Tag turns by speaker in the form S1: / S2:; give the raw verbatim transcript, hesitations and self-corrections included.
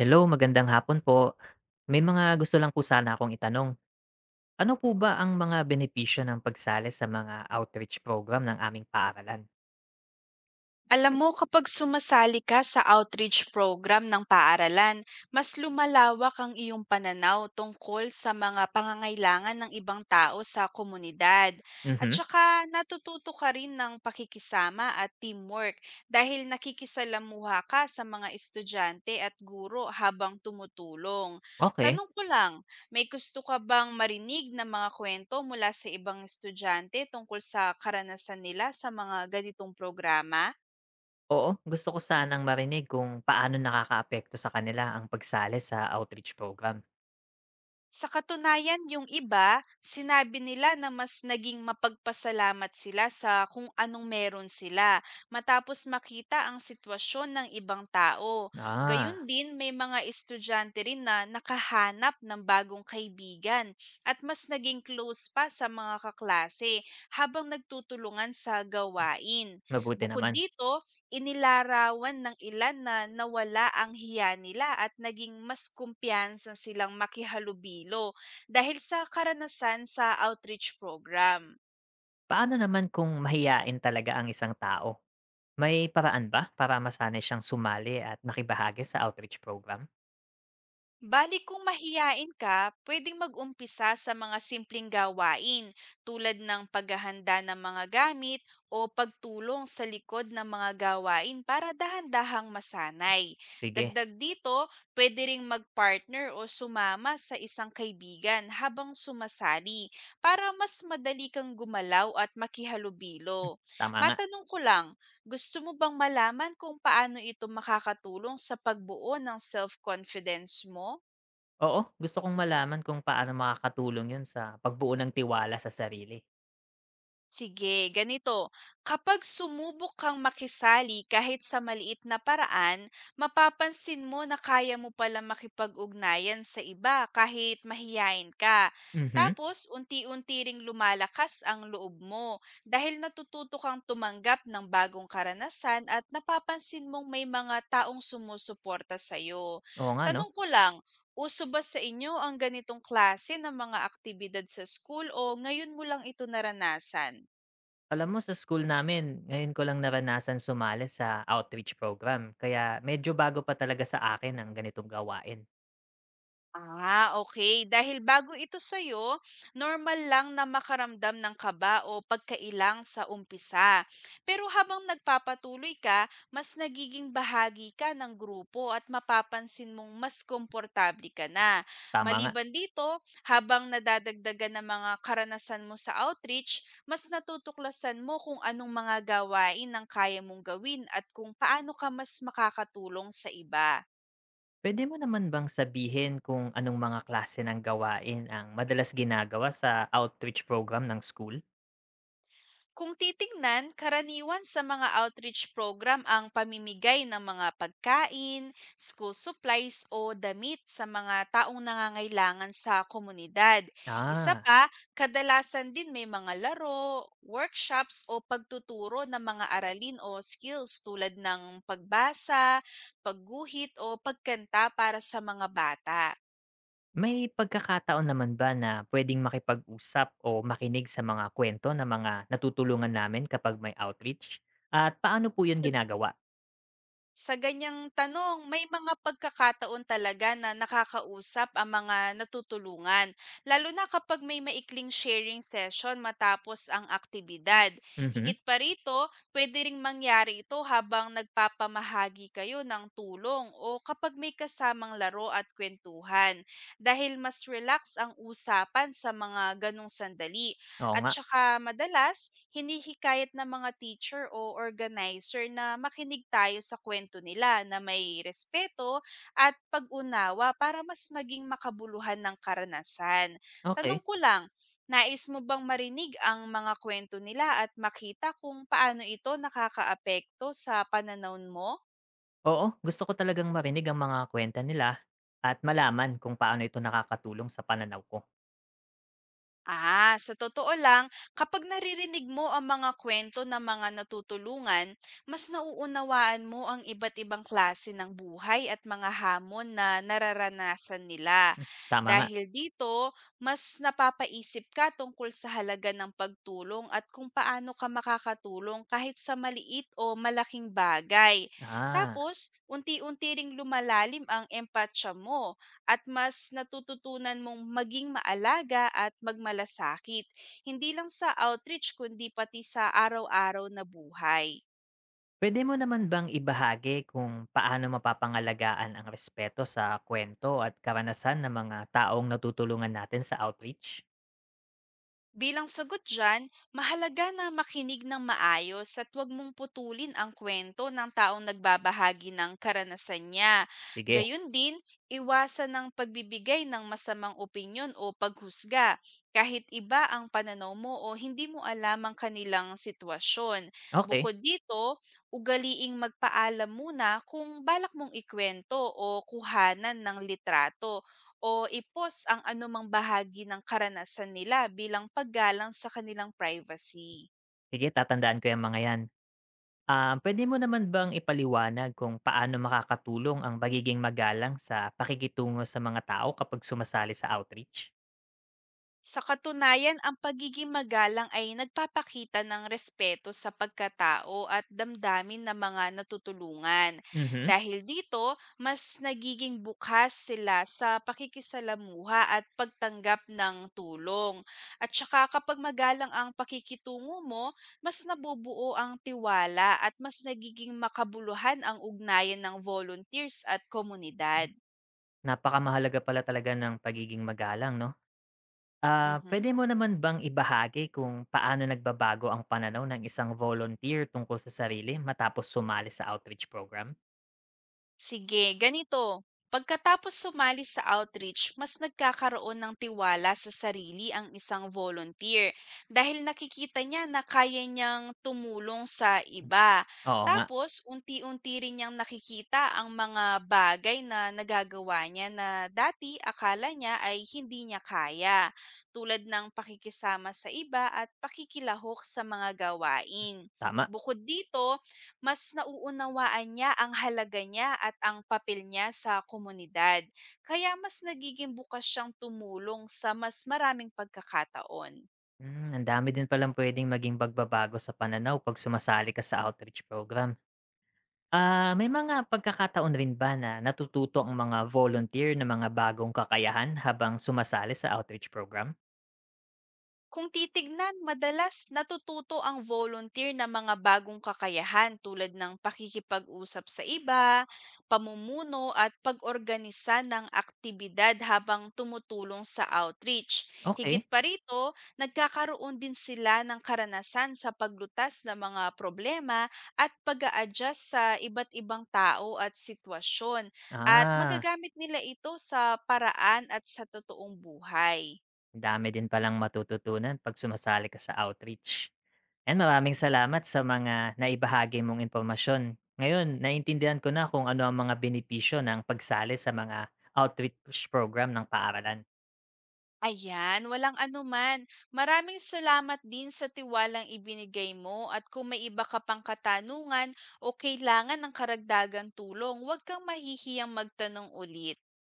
S1: Hello, magandang hapon po. May mga gusto lang po sana akong itanong. Ano po ba ang mga benepisyo ng pagsali sa mga outreach program ng aming paaralan?
S2: Alam mo, kapag sumasali ka sa outreach program ng paaralan, mas lumalawak ang iyong pananaw tungkol sa mga pangangailangan ng ibang tao sa komunidad. At
S1: Mhm.
S2: saka natututo ka rin ng pakikisama at teamwork dahil nakikisalamuha ka sa mga estudyante at guro habang tumutulong.
S1: Okay.
S2: Tanong ko lang, may gusto ka bang marinig ng mga kwento mula sa ibang estudyante tungkol sa karanasan nila sa mga ganitong programa?
S1: Oo, gusto ko sanang marinig kung paano nakakaapekto sa kanila ang pagsali sa outreach program.
S2: Sa katunayan, yung iba, sinabi nila na mas naging mapagpasalamat sila sa kung anong meron sila matapos makita ang sitwasyon ng ibang tao. Gayun
S1: Ah,
S2: din, may mga estudyante rin na nakahanap ng bagong kaibigan at mas naging close pa sa mga kaklase habang nagtutulungan sa gawain.
S1: mabuti
S2: Bukod
S1: naman.
S2: dito, inilarawan ng ilan na nawala ang hiya nila at naging mas kumpiyansa silang makihalubilo dahil sa karanasan sa outreach program.
S1: Paano naman kung mahiyain talaga ang isang tao? May paraan ba para masanay siyang sumali at makibahagi sa outreach program?
S2: Bali kung mahiyain ka, pwedeng mag-umpisa sa mga simpleng gawain tulad ng paghahanda ng mga gamit o pagtulong sa likod ng mga gawain para dahan-dahang masanay.
S1: Sige,
S2: Dagdag dito, pwede ring mag-partner o sumama sa isang kaibigan habang sumasali para mas madali kang gumalaw at makihalubilo.
S1: tama nga.
S2: Matanong ko lang, gusto mo bang malaman kung paano ito makakatulong sa pagbuo ng self-confidence mo?
S1: Oo, gusto kong malaman kung paano makakatulong yun sa pagbuo ng tiwala sa sarili.
S2: Sige, ganito. Kapag sumubok kang makisali kahit sa maliit na paraan, mapapansin mo na kaya mo pala makipag-ugnayan sa iba kahit mahiyain ka.
S1: Mhm,
S2: Tapos, unti-unti ring lumalakas ang loob mo dahil natututo kang tumanggap ng bagong karanasan at napapansin mong may mga taong sumusuporta sa'yo.
S1: oo nga 'no.
S2: Tanong ko lang, uso ba sa inyo ang ganitong klase ng mga aktibidad sa school o ngayon mo lang ito naranasan?
S1: Alam mo, sa school namin, ngayon ko lang naranasan sumali sa outreach program, kaya medyo bago pa talaga sa akin ang ganitong gawain.
S2: Ah, okay. Dahil bago ito sa'yo, normal lang na makaramdam ng kaba o pagkailang sa umpisa. Pero habang nagpapatuloy ka, mas nagiging bahagi ka ng grupo at mapapansin mong mas komportable ka na.
S1: Tama nga.
S2: Maliban dito, habang nadadagdagan ng mga karanasan mo sa outreach, mas natutuklasan mo kung anong mga gawain ang kaya mong gawin at kung paano ka mas makakatulong sa iba.
S1: Puwede mo naman bang sabihin kung anong mga klase ng gawain ang madalas ginagawa sa outreach program ng school?
S2: Kung titingnan, karaniwan sa mga outreach program ang pamimigay ng mga pagkain, school supplies o damit sa mga taong nangangailangan sa komunidad. Isa
S1: Ah.
S2: pa, kadalasan din may mga laro, workshops o pagtuturo ng mga aralin o skills tulad ng pagbasa, pagguhit o pagkanta para sa mga bata.
S1: May pagkakataon naman ba na puwedeng makipag-usap o makinig sa mga kuwento ng mga natutulungan namin kapag may outreach? At paano po 'yun
S2: Sa
S1: ginagawa?
S2: Sa ganiyang tanong, may mga pagkakataon talaga na nakakausap ang mga natutulungan, lalo na kapag may maikling sharing session matapos ang aktibidad.
S1: Mhm.
S2: Higit pa rito, pwede ring mangyari ito habang nagpapamahagi kayo ng tulong o kapag may kasamang laro at kwentuhan, dahil mas relax ang usapan sa mga ganong sandali.
S1: Oo
S2: At
S1: nga.
S2: tsaka madalas, hinihikayat ng mga teacher o organizer na makinig tayo sa kwento nila na may respeto at pag-unawa para mas maging makabuluhan ng karanasan. Tanong
S1: Okay.
S2: ko lang, nais mo bang marinig ang mga kwento nila at makita kung paano ito nakakaapekto sa pananaw mo?
S1: Oo, gusto ko talagang marinig ang mga kuwento nila at malaman kung paano ito nakakatulong sa pananaw ko.
S2: Ah, sa totoo lang, kapag naririnig mo ang mga kwento ng mga natutulungan, mas nauunawaan mo ang iba't ibang klase ng buhay at mga hamon na nararanasan nila.
S1: Hmm, tama nga.
S2: Dahil dito, mas napapaisip ka tungkol sa halaga ng pagtulong at kung paano ka makakatulong kahit sa maliit o malaking bagay.
S1: Ah,
S2: Tapos, unti-unti ring lumalalim ang empatsya mo at mas natututunan mong maging maalaga at magmalasakit, hindi lang sa outreach kundi pati sa araw-araw na buhay.
S1: puwede mo naman bang ibahagi kung paano mapapangalagaan ang respeto sa kuwento at karanasan ng mga taong natutulungan natin sa outreach?
S2: Bilang sagot dyan, mahalaga na makinig ng maayos at huwag mong putulin ang kwento ng taong nagbabahagi ng karanasan niya.
S1: Sige.
S2: Gayun din, iwasan ng pagbibigay ng masamang opinyon o paghusga kahit iba ang pananaw mo o hindi mo alam ang kanilang sitwasyon.
S1: Okay.
S2: Bukod dito, ugaliing magpaalam muna kung balak mong ikwento o kuhanan ng litrato o i-post ang anumang bahagi ng karanasan nila bilang paggalang sa kanilang privacy.
S1: Sige, tatandaan ko yung mga 'yan. Ah, pwede mo naman bang ipaliwanag kung paano makakatulong ang pagiging magalang sa pakikitungo sa mga tao kapag sumasali sa outreach?
S2: Sa katunayan, ang pagiging magalang ay nagpapakita ng respeto sa pagkatao at damdamin ng mga natutulungan.
S1: Mhm,
S2: Dahil dito, mas nagiging bukas sila sa pakikisalamuha at pagtanggap ng tulong. At saka kapag magalang ang pakikitungo mo, mas nabubuo ang tiwala at mas nagiging makabuluhan ang ugnayan ng volunteers at komunidad.
S1: napakamahalaga pala talaga ng pagiging magalang 'no? Ah,
S2: Mhm.
S1: pwede mo naman bang ibahagi kung paano nagbabago ang pananaw ng isang volunteer tungkol sa sarili matapos sumali sa outreach program?
S2: Sige, ganito. Pagkatapos sumali sa outreach, mas nagkakaroon ng tiwala sa sarili ang isang volunteer dahil nakikita niya na kaya niyang tumulong sa iba.
S1: Oo nga,
S2: Tapos, unti-unti rin niyang nakikita ang mga bagay na nagagawa niya na dati akala niya ay hindi niya kaya, tulad ng pakikisama sa iba at pakikilahok sa mga gawain.
S1: tama.
S2: Bukod dito, mas nauunawaan niya ang halaga niya at ang papel niya sa komunidad. Kaya mas nagiging bukas siyang tumulong sa mas maraming pagkakataon.
S1: Hmm, ang dami din palang pwedeng maging bagbabago sa pananaw 'pag sumasali ka sa outreach program. Ah, may mga pagkakataon rin ba na natututo ang mga volunteer ng mga bagong kakayahan habang sumasali sa outreach program?
S2: Kung titignan, madalas natututo ang volunteer ng mga bagong kakayahan tulad ng pakikipag-usap sa iba, pamumuno at pag-organisa ng aktibidad habang tumutulong sa outreach. Higit
S1: Okay.
S2: pa rito, nagkakaroon din sila ng karanasan sa paglutas ng mga problema at pag adjust sa iba't ibang tao at sitwasyon at
S1: Ah,
S2: magagamit nila ito sa paraan at sa totoong buhay.
S1: ang dami din palang matututunan 'pag sumasali ka sa outreach. And maraming salamat sa mga naibahagi mong impormasyon. Ngayon, naintindihan ko na kung ano ang mga benepisyo ng pagsali sa mga outreach program ng paaralan.
S2: Ayan, walang anuman. Maraming salamat din sa tiwalang ibinigay mo at kung may iba ka pang katanungan o kailangan ng karagdagang tulong, huwag kang mahihiyang magtanong ulit.